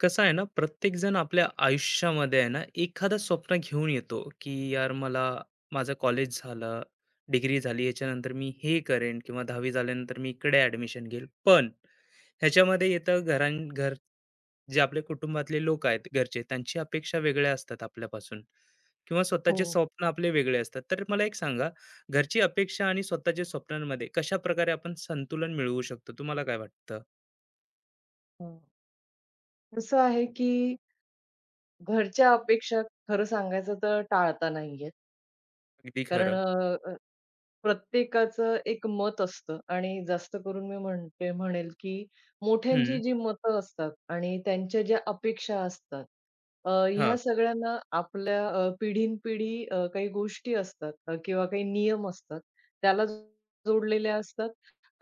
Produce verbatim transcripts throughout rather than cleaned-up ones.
कसं आहे ना, प्रत्येकजण आपल्या आयुष्यामध्ये आहे ना, एखादं स्वप्न घेऊन येतो की यार मला माझं कॉलेज झालं, डिग्री झाली, याच्यानंतर मी हे करेन किंवा दहावी झाल्यानंतर मी इकडे ऍडमिशन घेईल. पण ह्याच्यामध्ये येतं घरां घर. जे आपले कुटुंबातले लोक आहेत, घरचे, त्यांची अपेक्षा वेगळ्या असतात आपल्यापासून किंवा स्वतःचे हो. स्वप्न आपले वेगळे असतात. तर मला एक सांगा, घरची अपेक्षा आणि स्वतःच्या स्वप्नांमध्ये कशा प्रकारे आपण संतुलन मिळवू शकतो? तुम्हाला काय वाटतं? हं. कसं आहे, की घरच्या अपेक्षा खरं सांगायचं तर टाळता नाही येत. अगदी कारण खरं. अ, प्रत्येकाचं एक मत असतं आणि जास्त करून मी म्हणते म्हणेल, की हम्म. मोठ्यांची जी मतं असतात आणि त्यांच्या ज्या अपेक्षा असतात, अ, हा. ह्या सगळ्यांना आपल्या अ, पिढीनपिढी अ, काही गोष्टी असतात अ, किंवा काही नियम असतात. त्याला जोडलेल्या असतात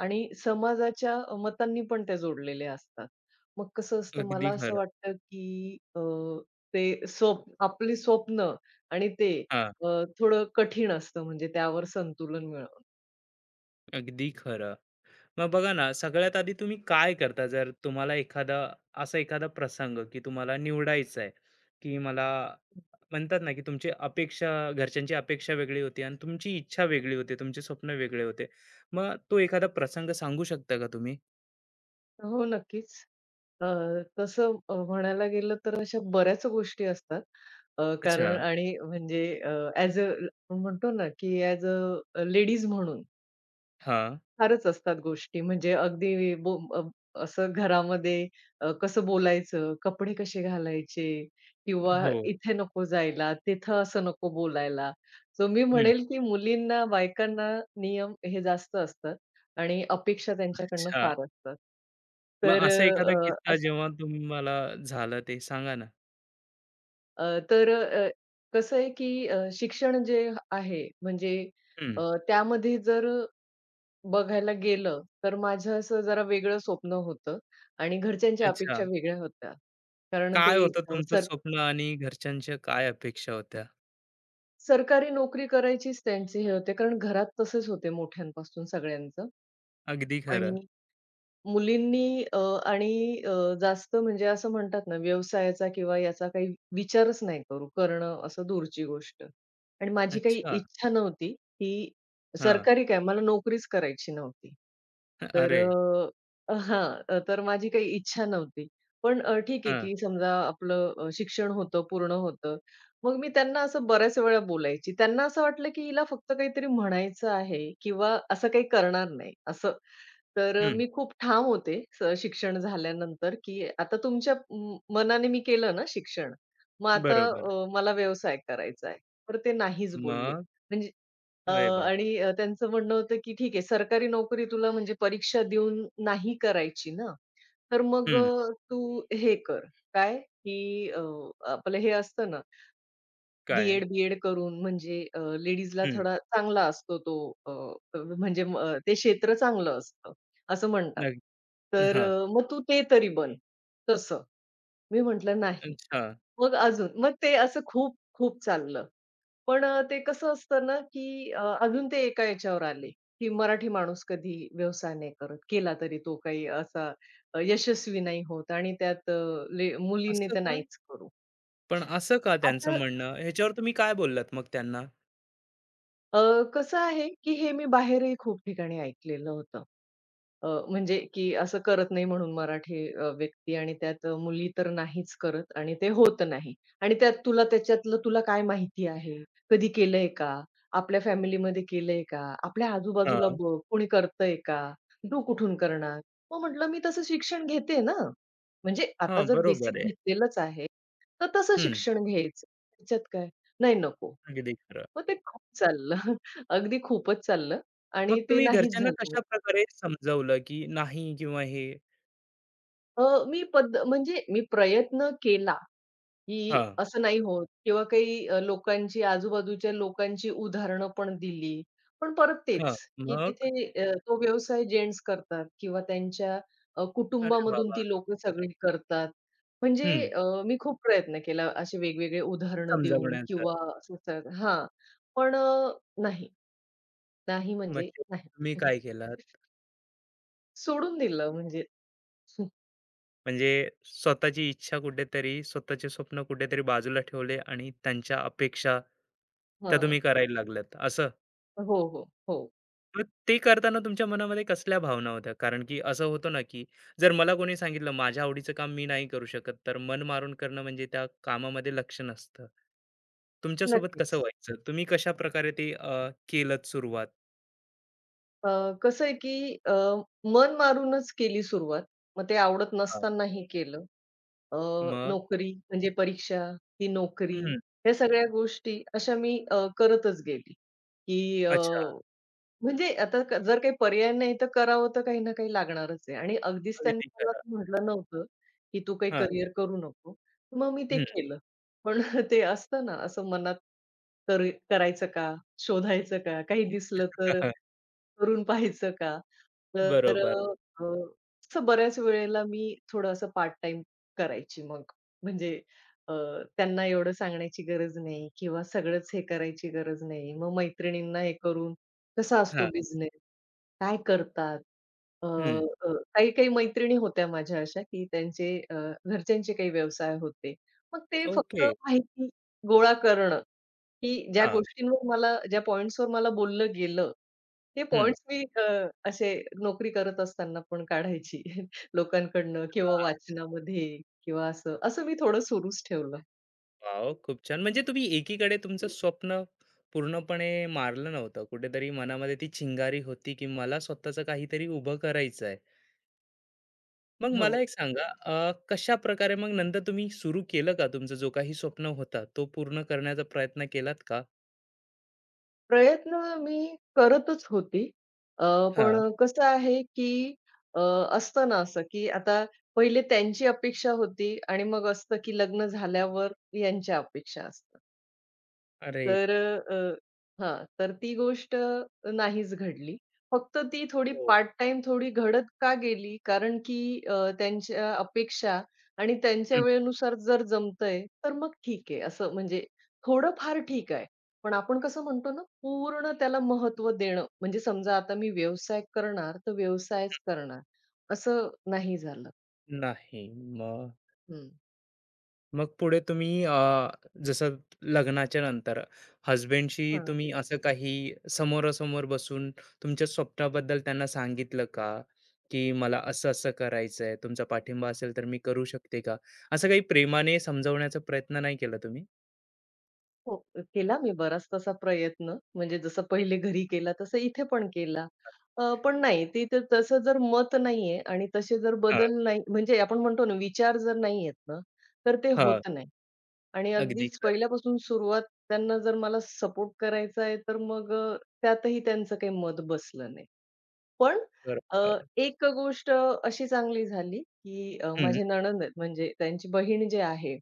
आणि समाजाच्या मतांनी पण त्या जोडलेल्या असतात. मग कसं असतं अगदी मला असं खरं. वाटतं, की अ, ते स्वप्न आपली स्वप्न आणि ते हां, अ, थोडं कठीण असतं म्हणजे त्यावर संतुलन मिळवणं. अगदी खरं. मग बघा ना, सगळ्यात आधी तुम्ही काय करता जर तुम्हाला एखादा असा एखादा प्रसंग की तुम्हाला निवडायचा आहे, की मला म्हणतात ना, की तुमची अपेक्षा घरच्यांची अपेक्षा वेगळी होती आणि तुमची इच्छा वेगळी होती, तुमचे स्वप्न वेगळे होते. मग तो एखादा प्रसंग सांगू शकता का तुम्ही? हो, नक्कीच. अ, तसं अ, म्हणायला गेलं तर अशा बऱ्याच गोष्टी असतात. अ, अच्छा. कारण आणि म्हणजे अ, अ आपण म्हणतो ना, की ॲज अ लेडीज म्हणून हां. फारच असतात गोष्टी म्हणजे अगदी बो अ, असं घरामध्ये अ, कसं बोलायचं, कपडे कसे घालायचे किंवा हो. इथे नको जायला, तिथं असं नको बोलायला. सो मी हं. म्हणेल, की मुलींना, बायकांना नियम हे जास्त असतात आणि अपेक्षा त्यांच्याकडनं अच्छा. फार असतात. मग तर असा एखादा अ, किस्सा अस जेव्हा तुम्हाला झालं ते सांगा ना? अ, तर अ, कसं आहे, की अ, शिक्षण जे आहे म्हणजे हं. अ, त्यामध्ये जर बघायला गेलं, तर माझं असं जरा वेगळं स्वप्न होतं आणि घरच्यांच्या अच्छा. अपेक्षा वेगळ्या होत्या. कारण काय ते होतं अ, तुमचं सर स्वप्न आणि घरच्यांच्या काय अपेक्षा होत्या? सरकारी नोकरी करायचीच त्यांचे हे होते. कारण घरात तसेच होते मोठ्यांपासून सगळ्यांचं अगदी खरं. आणि मुलींनी अ, आणि अ, जास्त म्हणजे असं म्हणतात ना, व्यवसायाचा किंवा याचा काही विचारच नाही करू करणं असं दूरची गोष्ट. आणि माझी काही अच्छा. इच्छा नव्हती, की हां. सरकारी काय मला नोकरीच करायची नव्हती. तर अरे! अ, हां, अ, तर माझी काही इच्छा नव्हती. पण अ, ठीक आहे, हां. की समजा आपलं अ, शिक्षण होतं, पूर्ण होतं. मग मी त्यांना असं बऱ्याच वेळा बोलायची. त्यांना असं वाटलं, की हिला फक्त काहीतरी म्हणायचं आहे किंवा असं काही करणार नाही असं. तर अ, हं. मी खूप ठाम होते स शिक्षण झाल्यानंतर, की आता तुमच्या म मनाने मी केलं ना शिक्षण, मग आता बरोबर. अ, मला व्यवसाय करायचा आहे. तर ते नाहीच बोलले. मग? म्हणजे अ, अरे बाप! आणि अ, त्यांचं म्हणणं होतं, की "ठीक आहे, सरकारी नोकरी तुला म्हणजे परीक्षा देऊन नाही करायची ना, तर मग हं. अ, तू हे कर, काय की अ, आपलं हे असतं ना काय? डी-एड, बी-एड करून म्हणजे अ, लेडीजला हं. थोडा चांगला असतो तो अ, अ, म्हणजे म अ, ते क्षेत्र चांगलं असतं, असं म्हणतात. नग. तर हां. अ, "मग तू ते तरी बन." तसं. मी म्हटलं, "नाही." अच्छा. मग अजून. मग ते असं खूप खूप चाललं. पण अ, ते कसं असतं ना, की अ, अजून ते एका याच्यावर आले, की मराठी माणूस कधी व्यवसाय नाही करत. केला तरी तो काही असा अ, यशस्वी नाही होत आणि त्यात अ, ले मुलींनी असं तर का? नाहीच करू. पण असं का त्यांचं आता म्हणणं? ह्याच्यावर तुम्ही काय बोललात मग त्यांना? अ, कसं आहे, की हे मी बाहेरही खूप ठिकाणी ऐकलेलं होतं. अ, म्हणजे की असं करत नाही म्हणून मराठी अ, व्यक्ती आणि त्यात मुली तर नाहीच करत आणि ते होत नाही. आणि त्यात तुला त्याच्यातलं तुला काय माहिती आहे? कधी केलंय का? आपल्या फॅमिलीमध्ये केलंय का? आपल्या आजूबाजूला हां. बघ, कोणी करतंय का? तू कुठून करणार? मग म्हटलं मी तसं शिक्षण घेते ना. म्हणजे आता हां, जर बेसिक बरोबर आहे. घेतलेलंच आहे, तर तसं हं. शिक्षण घ्यायचं. त्याच्यात काय? नाही नको. अगदी खरं. मग ते खूप चाललं. अगदी खूपच चाललं मग आणि ते तुम्ही नाहीच घरच्यांना झालं म्हणजे. कशाप्रकारे समजावलं, की नाही किंवा हे? अ, मी पद म्हणजे मी प्रयत्न केला, की हां. असं नाही होत किंवा काही अ, लोकांची आजूबाजूच्या लोकांची उदाहरणं पण दिली. पण परत हां. तेच, की मग? तिथे अ, तो व्यवसाय जेंट्स करतात किंवा त्यांच्या अ, अरे कुटुंबामधून बाबा! ती लोक सगळी करतात. म्हणजे हं. अ, मी खूप प्रयत्न केला असे वेगवेगळे उदाहरणं देऊन समजावण्याचं. किंवा असं तर हां. पण अ, नाही, नाही मग म्हणजे शेवटी नाही. तुम्ही काय केलं? सोडून दिलं म्हणजे म्हणजे स्वतःची इच्छा कुठेतरी, स्वतःचे स्वप्न कुठेतरी बाजूला ठेवले आणि त्यांच्या अपेक्षा त्या हां. तुम्ही करायला लागल्यात असं. हो, हो, हो. मग ते करताना तुमच्या मनामध्ये कसल्या भावना होत्या? कारण की असं होतं ना, की जर मला कोणी सांगितलं माझ्या आवडीचं काम मी नाही करू शकत, तर मन मारून करणं म्हणजे त्या कामामध्ये लक्ष नसतं. तुमच्यासोबत कसं नक्कीच. व्हायचं? तुम्ही कशाप्रकारे ते अ, केलत सुरुवात? अ, कसं आहे की अ, मन मारूनच केली सुरुवात. मग ते आवडत हां. नसतानाही केलं. अ, मग नोकरी म्हणजे परीक्षा, ही नोकरी, हं, ह्या सगळ्या गोष्टी अशा मी अ, करतच गेली, की अ अच्छा. म्हणजे आता क जर काही पर्याय नाही तर करावं तर काही ना काही लागणारच आहे आणि अगदीच त्यांनी अगदी मला खरं. असं म्हटलं नव्हतं, की "तू काही हां, करियर करू नको." मग मी ते हं. केलं. पण ते असतं ना असं मनात तर करायचं का? शोधायचं का? काही दिसलं तर करून पाहायचं का? तर अ, बरोबर. असं बऱ्याच वेळेला मी थोडं असं पार्ट टाईम करायची मग. म्हणजे अ, त्यांना एवढं सांगण्याची गरज नाही किंवा सगळंच हे करायची गरज नाही. मग मैत्रिणींना हे करून कसा असतो हां, बिझनेस? काय करतात? अ, हं. अ, काही-काही मैत्रिणी होत्या माझ्या अशा, की त्यांचे अ, घरच्यांचे काही व्यवसाय होते. मग ते फक्त ओके. माहिती गोळा करणं, की ज्या हां. गोष्टींवर मला ज्या पॉइंट्सवर मला बोललं गेलं, ते हं. पॉइंट्स मी अ, असे नोकरी करत असताना पण काढायची लोकांकडनं किंवा हां. वाचनामध्ये किंवा असं. असं मी थोडं सुरूच ठेवलं. वॉव! खूप छान. म्हणजे तुम्ही एकीकडे तुमचं स्वप्न पूर्णपणे मारलं नव्हतं. कुठेतरी मनामध्ये ती चिंगारी होती, की मला स्वतःचं काहीतरी उभं करायचं आहे. मग मला हो. एक सांगा, अ, कशा प्रकारे मग नंतर तुम्ही सुरू केलं का तुमचं जो काही स्वप्न होता, तो पूर्ण करण्याचा प्रयत्न केलात का? प्रयत्न मी करतच होती. अ, पण हां. हं. कसं आहे, की अ, असतं ना असं, की आता पहिले त्यांची अपेक्षा होती आणि मग असतं, की लग्न झाल्यावर यांच्या अपेक्षा असतात. अरे! तर अ, हां, तर ती गोष्ट नाहीच घडली. फक्त ती थोडी हो. पार्ट टाइम थोडी घडत का गेली? कारण की अ, त्यांच्या अपेक्षा आणि त्यांच्या हं. वेळेनुसार जर जमतंय, तर मग ठीक आहे. असं म्हणजे थोडंफार ठीक आहे. पण आपण कसं म्हणतो ना, पूर्ण त्याला महत्व देणं. म्हणजे समजा आता मी व्यवसाय करणार, तर व्यवसायच करणार, असं नाही झालं. नाही. हं. मग पुढे तुम्ही अ, जसं लग्नाच्या नंतर हसबँडशी तुम्ही असं काही समोरासमोर बसून तुमच्या स्वप्नाबद्दल त्यांना सांगितलं का? की मला असं, असं करायचंय, तुमचा पाठिंबा असेल तर मी करू शकते का? असं काही प्रेमाने समजवण्याचा प्रयत्न नाही केला तुम्ही? हो, केला मी बराच तसा प्रयत्न. म्हणजे जसं पहिले घरी केला तसं इथे पण केला. अ, पण नाही तिथे तसं जर मत नाहीये आणि तसे जर हां, बदल नाही म्हणजे आपण म्हणतो ना विचार जर नाही आहेत ना, तर ते हां. होत नाही. आणि अगदी अगदीच खरं. पहिल्यापासून सुरुवात त्यांना जर मला सपोर्ट करायचा आहे, तर मग अ, त्यातही त्यांचं काही मत बसलं नाही. पण अ, बरोबर. एक गोष्ट अशी चांगली झाली, की अ, हं, माझे नणंद आहेत म्हणजे त्यांची बहीण जी आहे,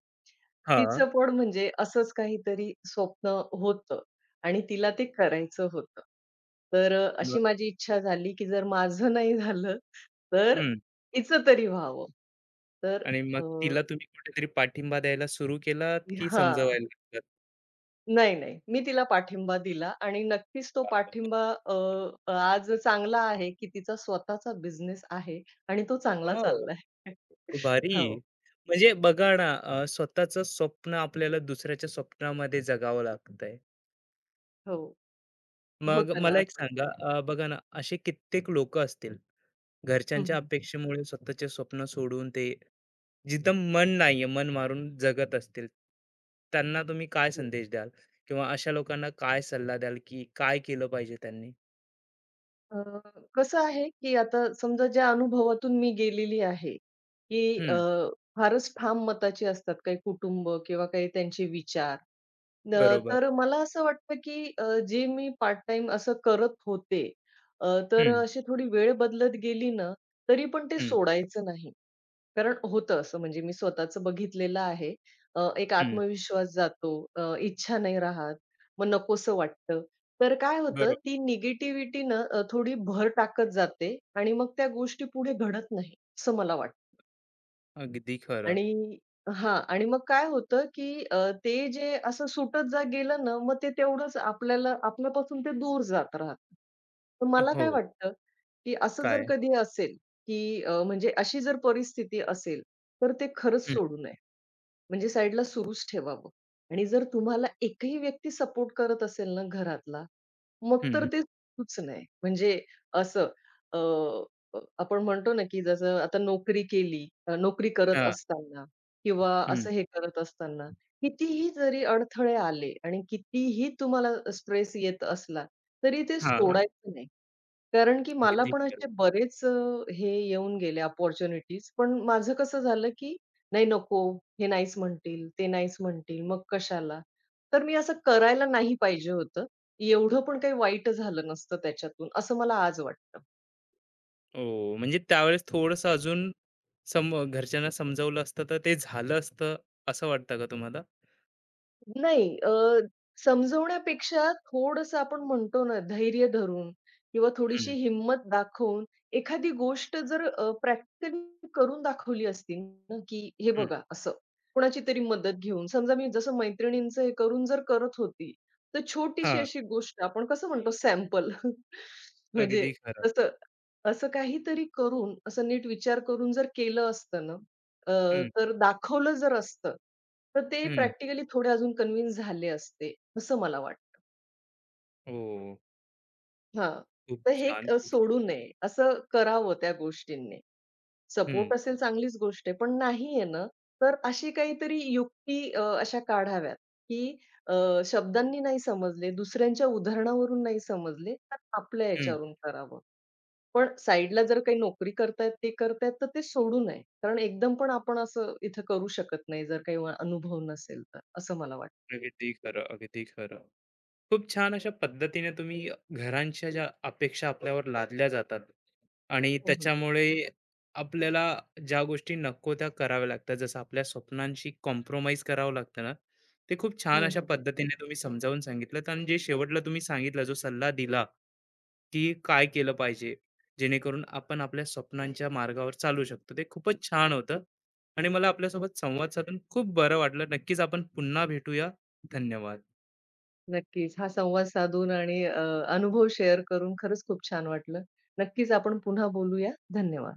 हां. तिचं पण म्हणजे असंच काहीतरी स्वप्न होतं आणि तिला ते करायचं होतं. तर अ, मग? अशी माझी इच्छा झाली, की जर माझं नाही झालं, तर हं. तिचं तरी व्हावं. तर आणि मग अ, तिला तुम्ही कुठेतरी पाठिंबा द्यायला सुरू केलात की हां. समजवायला लागलात? नाही, नाही. मी तिला पाठिंबा दिला आणि नक्कीच तो पाठिंबा अ, अ, आज चांगला आहे, की तिचा स्वतःचा बिझनेस आहे आणि तो चांगला वॉव! चाललाय. खूप भारी. हो, म्हणजे बघा ना, अ, स्वतःचं स्वप्न आपल्याला दुसऱ्याच्या स्वप्नामध्ये जगावं लागतंय. हो. मग होतं ना मला एक असं. सांगा, अ, बघा ना, असे कित्येक लोकं असतील, हं, घरच्यांच्या हं. अपेक्षेमुळे स्वतःचे स्वप्न सोडून ते जिथं मन नाहीये, मन मारून जगत असतील. त्यांना तुम्ही काय हो. संदेश द्याल? किंवा अशा लोकांना काय सल्ला द्याल, की काय केलं पाहिजे त्यांनी? अ, कसं आहे, की आता समजा ज्या अनुभवातून मी गेलेली आहे, की अ, हं, फारच ठाम मताची असतात काही कुटुंब किंवा काही त्यांचे विचार. अ, बरोबर. तर मला असं वाटतं, की अ, जे मी पार्ट टाइम असं करत होते, अ, तर अ, हं, अशी थोडी वेळ बदलत गेली ना, तरी पण ते हं, सोडायचं नाही. कारण होतं असं म्हणजे मी स्वतःचं बघितलेलं आहे. अ, एक हं. आत्मविश्वास जातो, अ, इच्छा नाही राहत, मग नकोसं वाटतं. तर काय होतं बरोबर. ती निगेटिव्हिटी ना अ, थोडी भर टाकत जाते आणि मग त्या गोष्टी पुढे घडत नाही, असं मला वाटतं. अगदी खरं. आणि हां. आणि मग काय होतं, की अ, ते जे असं सुटत जा गेलं ना, मग ते तेवढंच आपल्याला आपल्यापासून ते दूर जात राहतं. तर मला हो. काय वाटतं, की असं जर काय? कधी असेल, की अ, म्हणजे अशी जर परिस्थिती असेल, तर ते खरंच हं, सोडू नये. म्हणजे साईडला सुरूच ठेवावं आणि जर तुम्हाला एकही व्यक्ती सपोर्ट करत असेल ना घरातला, मग तर हं. ते सुरूच नाही. म्हणजे असं अ, अ, आपण म्हणतो ना, की जसं आता नोकरी केली, अ, नोकरी करत हां, असताना किंवा हं. असं हे करत असताना, कितीही जरी अडथळे आले आणि कितीही तुम्हाला स्ट्रेस येत असला, तरी ते हां. सोडायचं नाही. कारण की मला अगदी पण खरं. असे बरेच अ, हे येऊन गेले अपॉर्च्युनिटीज. पण माझं कसं झालं, की नाही नको, हे नाहीच म्हणतील, ते नाहीच म्हणतील, मग कशाला? तर मी असं करायला नाही पाहिजे होतं. एवढं पण काही वाईट झालं नसतं त्याच्यातून, असं मला आज वाटतं. हो, म्हणजे त्यावेळेस थोडंसं अजून सम घरच्यांना समजावलं असतं तर ते झालं असतं असं वाटतं का तुम्हाला? नाही अ, समजवण्यापेक्षा थोडंसं आपण म्हणतो ना, धैर्य धरून किंवा थोडीशी हं, हिंमत दाखवून एखादी गोष्ट जर अ, प्रॅक्टिकली करून दाखवली असती ना, की हे हं. बघा असं, कोणाची तरी मदत घेऊन. समजा मी जसं मैत्रिणींचं हे करून जर करत होती, तर छोटीशी हां, अशी गोष्ट आपण कसं म्हणतो सॅम्पल म्हणजे अगदी खरं. तसं, असं काहीतरी करून, असं नीट विचार करून जर केलं असतं ना, अ, हं, तर दाखवलं जर असतं तर ते हं. प्रॅक्टिकली थोडे अजून कन्विन्स झाले असते, असं मला वाटतं. हो, हां. खूप तर हे छान, अ, खूप. सोडू नये, असं करावं त्या गोष्टींनी. हं, सपोर्ट असेल चांगलीच गोष्ट आहे, पण नाही आहे ना, तर अशी काहीतरी युक्ती अ, अशा काढाव्यात, की अ, शब्दांनी नाही समजले, दुसऱ्यांच्या उदाहरणावरून नाही समजले, तर आपल्या हं. याच्यावरून करावं. पण साईडला जर काही नोकरी करतायत, ते करतायत, तर ते सोडू नये. कारण एकदम पण आपण असं इथं करू शकत नाही, जर काही वा- अनुभव नसेल तर, असं मला वाटतं. अगदी खरं, अगदी खरं. खूप छान अशा पद्धतीने तुम्ही घरांच्या ज्या अपेक्षा आपल्यावर लादल्या जातात आणि हं, हं. त्याच्यामुळे आपल्याला ज्या गोष्टी नको त्या कराव्या लागतात, जसं आपल्या स्वप्नांशी कॉम्प्रोमाइज करावं लागतं ना, ते खूप छान अशा पद्धतीने तुम्ही समजावून सांगितलं. आणि जे शेवटला तुम्ही सांगितलं, जो सल्ला दिला की काय केलं पाहिजे जेणेकरून आपण आपल्या स्वप्नांच्या मार्गावर चालू शकतो, ते खूपच छान होतं. आणि मला आपल्यासोबत संवाद साधून खूप बरं वाटलं. नक्कीच आपण पुन्हा भेटूया. धन्यवाद. नक्कीच. हा संवाद साधून आणि अ, अनुभव शेअर करून खरंच खूप छान वाटलं. नक्कीच आपण पुन्हा बोलूया. धन्यवाद.